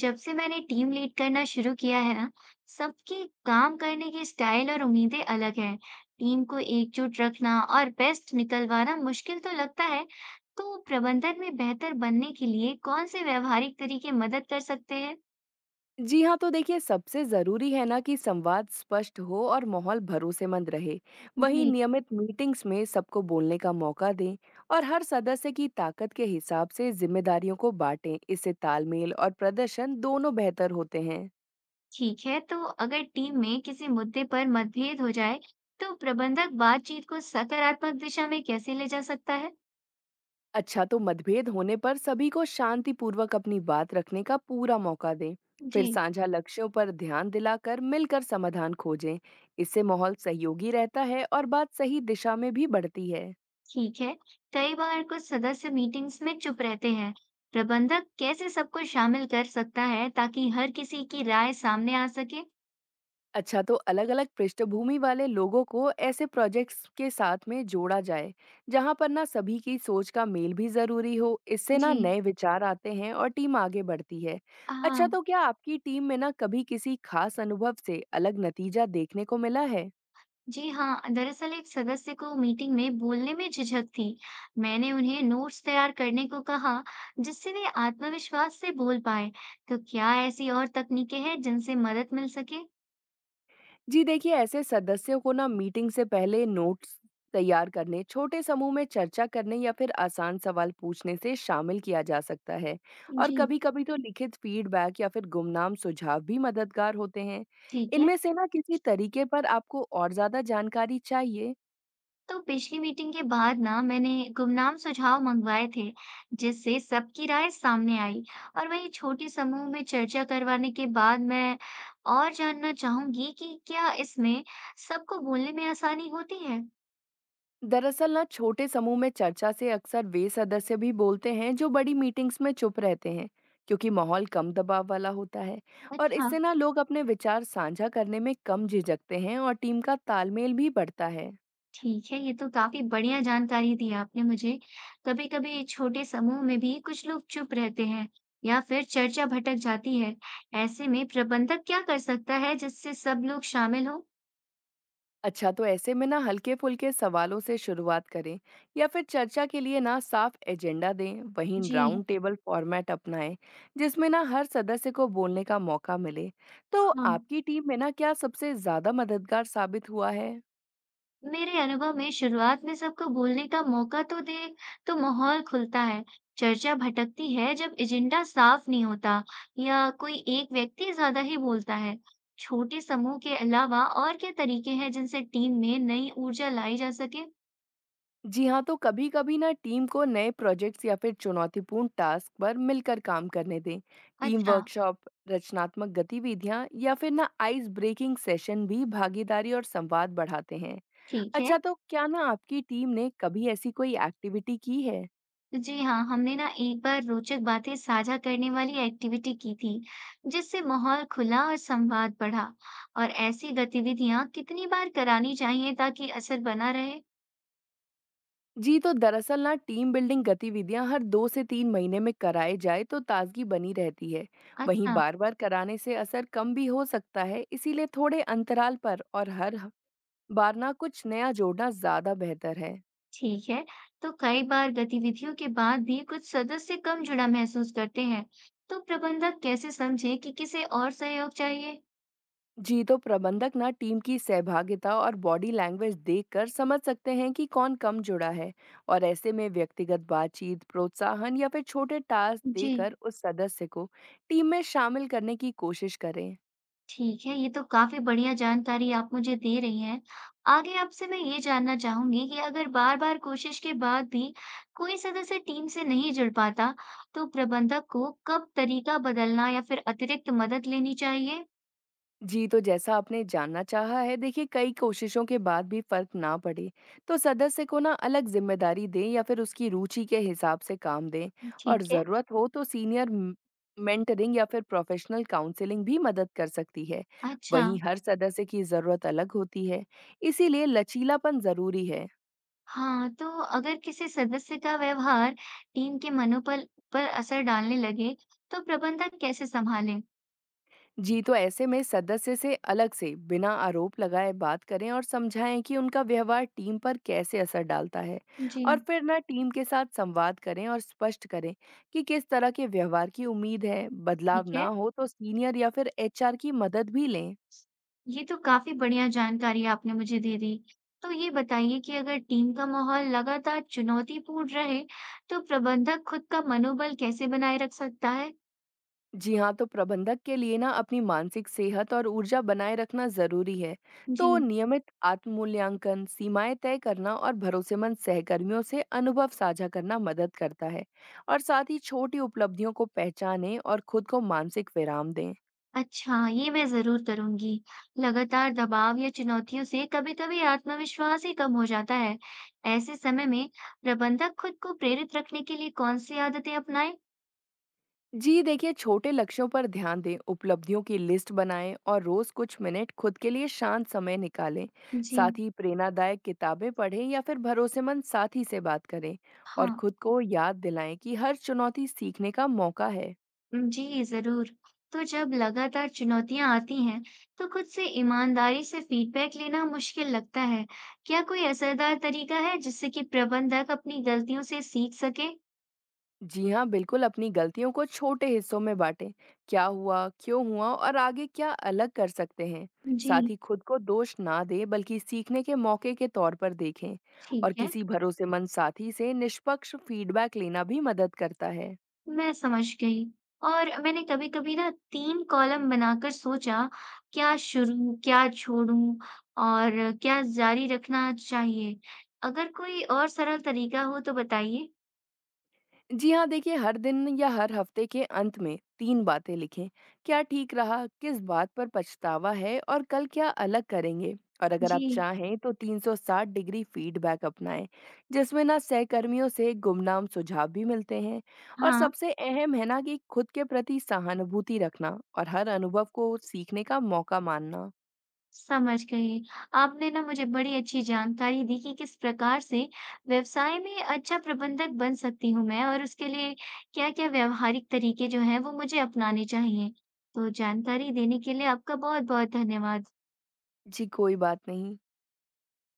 जब से मैंने टीम लीड करना शुरू किया है ना, सबकी काम करने की स्टाइल और उम्मीदें अलग हैं। टीम को एकजुट रखना और बेस्ट निकलवाना मुश्किल तो लगता है। तो प्रबंधन में बेहतर बनने के लिए कौन से व्यावहारिक तरीके मदद कर सकते हैं? जी हाँ, तो देखिए सबसे ज़रूरी है ना कि संवाद स्पष्ट हो और माहौल भरोसेमंद रहे। वहीं जी, नियमित मीटिंग्स में सबको बोलने का मौका दें और हर सदस्य की ताकत के हिसाब से जिम्मेदारियों को बांटें। इससे तालमेल और प्रदर्शन दोनों बेहतर होते हैं। ठीक है। तो अगर टीम में किसी मुद्दे पर मतभेद हो जाए, तो प्रबंधक बातचीत को सकारात्मक दिशा में कैसे ले जा सकता है? अच्छा, तो मतभेद होने पर सभी को शांतिपूर्वक अपनी बात रखने का पूरा मौका दें। जी। फिर साझा लक्ष्यों पर ध्यान दिलाकर मिलकर समाधान खोजें। इससे माहौल सहयोगी रहता है और बात सही दिशा में भी बढ़ती है। ठीक है। कई बार कुछ सदस्य मीटिंग्स में चुप रहते हैं। प्रबंधक कैसे सबको शामिल कर सकता है ताकि हर किसी की राय सामने आ सके? अच्छा तो अलग-अलग पृष्ठभूमि वाले लोगों को ऐसे प्रोजेक्ट्स के साथ में जोड़ा जाए, जहां पर ना सभी की सोच का मेल भी ज़रूरी हो। इससे ना जी। नए विचार आते हैं और टीम आगे बढ़ती है। अच्छा, तो हाँ। क्या आपकी टीम में ना कभी किसी खास अनुभव से अलग नतीजा देखने को मिला है? जी हाँ, दरअसल एक सदस्य को मीटिंग में बोलने में झिझक थी। मैंने उन्हें नोट्स तैयार करने को कहा, जिससे वे आत्मविश्वास से बोल पाए। तो क्या ऐसी और तकनीकें हैं जिनसे मदद मिल सके? जी देखिए, ऐसे सदस्यों को ना मीटिंग से पहले नोट्स तैयार करने, छोटे समूह में चर्चा करने या फिर आसान सवाल पूछने से शामिल किया जा सकता है। और जी। कभी-कभी तो लिखित फीडबैक या फिर गुमनाम सुझाव भी मददगार होते हैं। ठीक है। इनमें से ना किसी तरीके पर आपको और ज्यादा जानकारी चाहिए? तो पिछली मीटिंग के बाद ना मैंने गुमनाम सुझाव मंगवाए थे, जिससे सबकी राय सामने आई। और वही छोटे समूह में चर्चा करवाने के बाद मैं और जानना चाहूंगी कि क्या इसमें सबको बोलने में आसानी होती है? दरअसल ना छोटे समूह में चर्चा से अक्सर वे सदस्य भी बोलते हैं जो बड़ी मीटिंग्स में चुप रहते हैं, क्योंकि माहौल कम दबाव वाला होता है। और अच्छा। इससे ना लोग अपने विचार साझा करने में कम झिझकते हैं और टीम का तालमेल भी बढ़ता है। ठीक है, ये तो काफी बढ़िया जानकारी दी आपने मुझे। कभी कभी छोटे समूह में भी कुछ लोग चुप रहते हैं या फिर चर्चा भटक जाती है। ऐसे में प्रबंधक क्या कर सकता है जिससे सब लोग शामिल हो? अच्छा, तो ऐसे में ना हल्के फुल्के सवालों से शुरुआत करें या फिर चर्चा के लिए ना साफ एजेंडा दें। वहीं जी। राउंड टेबल फॉर्मेट अपनाएं, जिसमें ना हर सदस्य को बोलने का मौका मिले। तो हाँ। आपकी टीम में ना क्या सबसे ज्यादा मददगार साबित हुआ है? मेरे अनुभव में शुरुआत में सबको बोलने का मौका तो दे तो माहौल खुलता है। चर्चा भटकती है जब एजेंडा साफ नहीं होता या कोई एक व्यक्ति ज्यादा ही बोलता है। छोटे समूह के अलावा और क्या तरीके हैं जिनसे टीम में नई ऊर्जा लाई जा सके? जी हाँ, तो कभी-कभी ना टीम को नए प्रोजेक्ट्स या फिर चुनौतीपूर्ण टास्क पर मिलकर काम करने दें। टीम अच्छा। वर्कशॉप, रचनात्मक गतिविधियाँ या फिर ना आइस ब्रेकिंग सेशन भी भागीदारी और संवाद बढ़ाते हैं। ठीक है। अच्छा, तो क्या ना आपकी टीम ने कभी ऐसी कोई एक्टिविटी की है? जी हाँ, हमने ना एक बार रोचक बातें साझा करने वाली एक्टिविटी की थी, जिससे माहौल खुला और संवाद बढ़ा। और ऐसी गतिविधियां कितनी बार करानी चाहिए ताकि असर बना रहे? जी, तो दरअसल ना टीम बिल्डिंग गतिविधियां हर 2 से 3 महीने में कराए जाए तो ताजगी बनी रहती है। वहीं अच्छा, बार-बार कराने से असर कम भी हो सकता है, इसीलिए थोड़े अंतराल पर और हर बार ना कुछ नया जोड़ना ज्यादा बेहतर है। ठीक है। तो कई बार गतिविधियों के बाद भी कुछ सदस्य कम जुड़ा महसूस करते हैं, तो प्रबंधक कैसे समझे कि किसे और सहयोग चाहिए? जी, तो प्रबंधक ना टीम की सहभागिता और बॉडी लैंग्वेज देखकर समझ सकते हैं कि कौन कम जुड़ा है। और ऐसे में व्यक्तिगत बातचीत, प्रोत्साहन या फिर छोटे टास्क जी, देकर उस सदस्य को टीम में शामिल करने की कोशिश करें। ठीक है। ये तो काफी बढ़िया जानकारी आप मुझे दे रही हैं। आगे आपसे मैं ये जानना चाहूंगी कि अगर बार-बार कोशिश के बाद भी कोई सदस्य टीम से नहीं जुड़ पाता, तो प्रबंधक को कब तरीका बदलना या फिर अतिरिक्त मदद लेनी चाहिए? जी, तो जैसा आपने जानना चाहा है, देखिए कई कोशिशों के बाद भी फर्क ना पड़े, तो सदस्य को ना अलग जिम्मेदारी दें या फिर उसकी रुचि के हिसाब से काम दें। और ठीक है। ज़रूरत हो तो सीनियर मेंटरिंग या फिर प्रोफेशनल काउंसलिंग भी मदद कर सकती है। अच्छा। वहीं हर सदस्य की ज़रूरत अलग होती है, इसीलिए लचीलापन ज़रूरी है। हाँ, तो अगर किसी सदस्य का व्यवहार टीम के मनोबल पर असर डालने लगे, तो प्रबंधक कैसे संभालें? जी, तो ऐसे में सदस्य से अलग से बिना आरोप लगाए बात करें और समझाएं कि उनका व्यवहार टीम पर कैसे असर डालता है। जी। और फिर ना टीम के साथ संवाद करें और स्पष्ट करें कि किस तरह के व्यवहार की उम्मीद है। बदलाव ठीक ना है, हो तो सीनियर या फिर एचआर की मदद भी लें। ये तो काफी बढ़िया जानकारी आपने मुझे दे दी। तो ये बताइए कि अगर टीम का माहौल लगातार चुनौतीपूर्ण रहे, तो प्रबंधक खुद का मनोबल कैसे बनाए रख सकता है? जी हाँ, तो प्रबंधक के लिए ना अपनी मानसिक सेहत और ऊर्जा बनाए रखना ज़रूरी है। जी। तो नियमित आत्म-मूल्यांकन, सीमाएँ तय करना और भरोसेमंद सहकर्मियों से अनुभव साझा करना मदद करता है। और साथ ही छोटी उपलब्धियों को पहचानें और खुद को मानसिक विराम दें। अच्छा, ये मैं ज़रूर करूँगी। लगातार दबाव या चुनौतियों से कभी-कभी आत्मविश्वास ही कम हो जाता है। ऐसे समय में प्रबंधक खुद को प्रेरित रखने के लिए कौन सी आदतें अपनाएं? जी देखिए, छोटे लक्ष्यों पर ध्यान दें, उपलब्धियों की लिस्ट बनाएं और रोज कुछ मिनट खुद के लिए शांत समय निकालें। जी। साथ ही प्रेरणादायक किताबें पढ़ें या फिर भरोसेमंद साथी से बात करें। और हाँ। खुद को याद दिलाएं कि हर चुनौती सीखने का मौका है। जी ज़रूर। तो जब लगातार चुनौतियाँ आती हैं, तो खुद से ईमानदारी से फीडबैक लेना मुश्किल लगता है। क्या कोई असरदार तरीका है जिससे कि प्रबंधक अपनी गलतियों से सीख सके? जी हाँ, बिल्कुल। अपनी गलतियों को छोटे हिस्सों में बाँटें। क्या हुआ, क्यों हुआ और आगे क्या अलग कर सकते हैं। जी। साथ ही खुद को दोष ना दें, बल्कि सीखने के मौके के तौर पर देखें। ठीक और है। किसी भरोसेमंद साथी से निष्पक्ष फीडबैक लेना भी मदद करता है। मैं समझ गई। और मैंने कभी-कभी ना 3 कॉलम बनाकर सोचा, क्या शुरू, क्या छोड़ूं और क्या जारी रखना चाहिए? अगर कोई और सरल तरीका हो तो बताइए। जी हाँ, देखिए हर दिन या हर हफ्ते के अंत में 3 बातें लिखें। क्या ठीक रहा, किस बात पर पछतावा है और कल क्या अलग करेंगे? और अगर आप जी। चाहें तो 360 डिग्री फीडबैक अपनाएं, जिसमें ना सहकर्मियों से गुमनाम सुझाव भी मिलते हैं। और हाँ। सबसे अहम है ना कि खुद के प्रति सहानुभूति रखना और हर अनुभव को सीखने का मौका मानना। समझ गई। आपने ना मुझे बड़ी अच्छी जानकारी दी कि किस प्रकार से व्यवसाय में अच्छा प्रबंधक बन सकती हूँ मैं और उसके लिए क्या-क्या व्यावहारिक तरीके जो हैं, वो मुझे अपनाने चाहिए। तो जानकारी देने के लिए आपका बहुत-बहुत धन्यवाद। जी, कोई बात नहीं।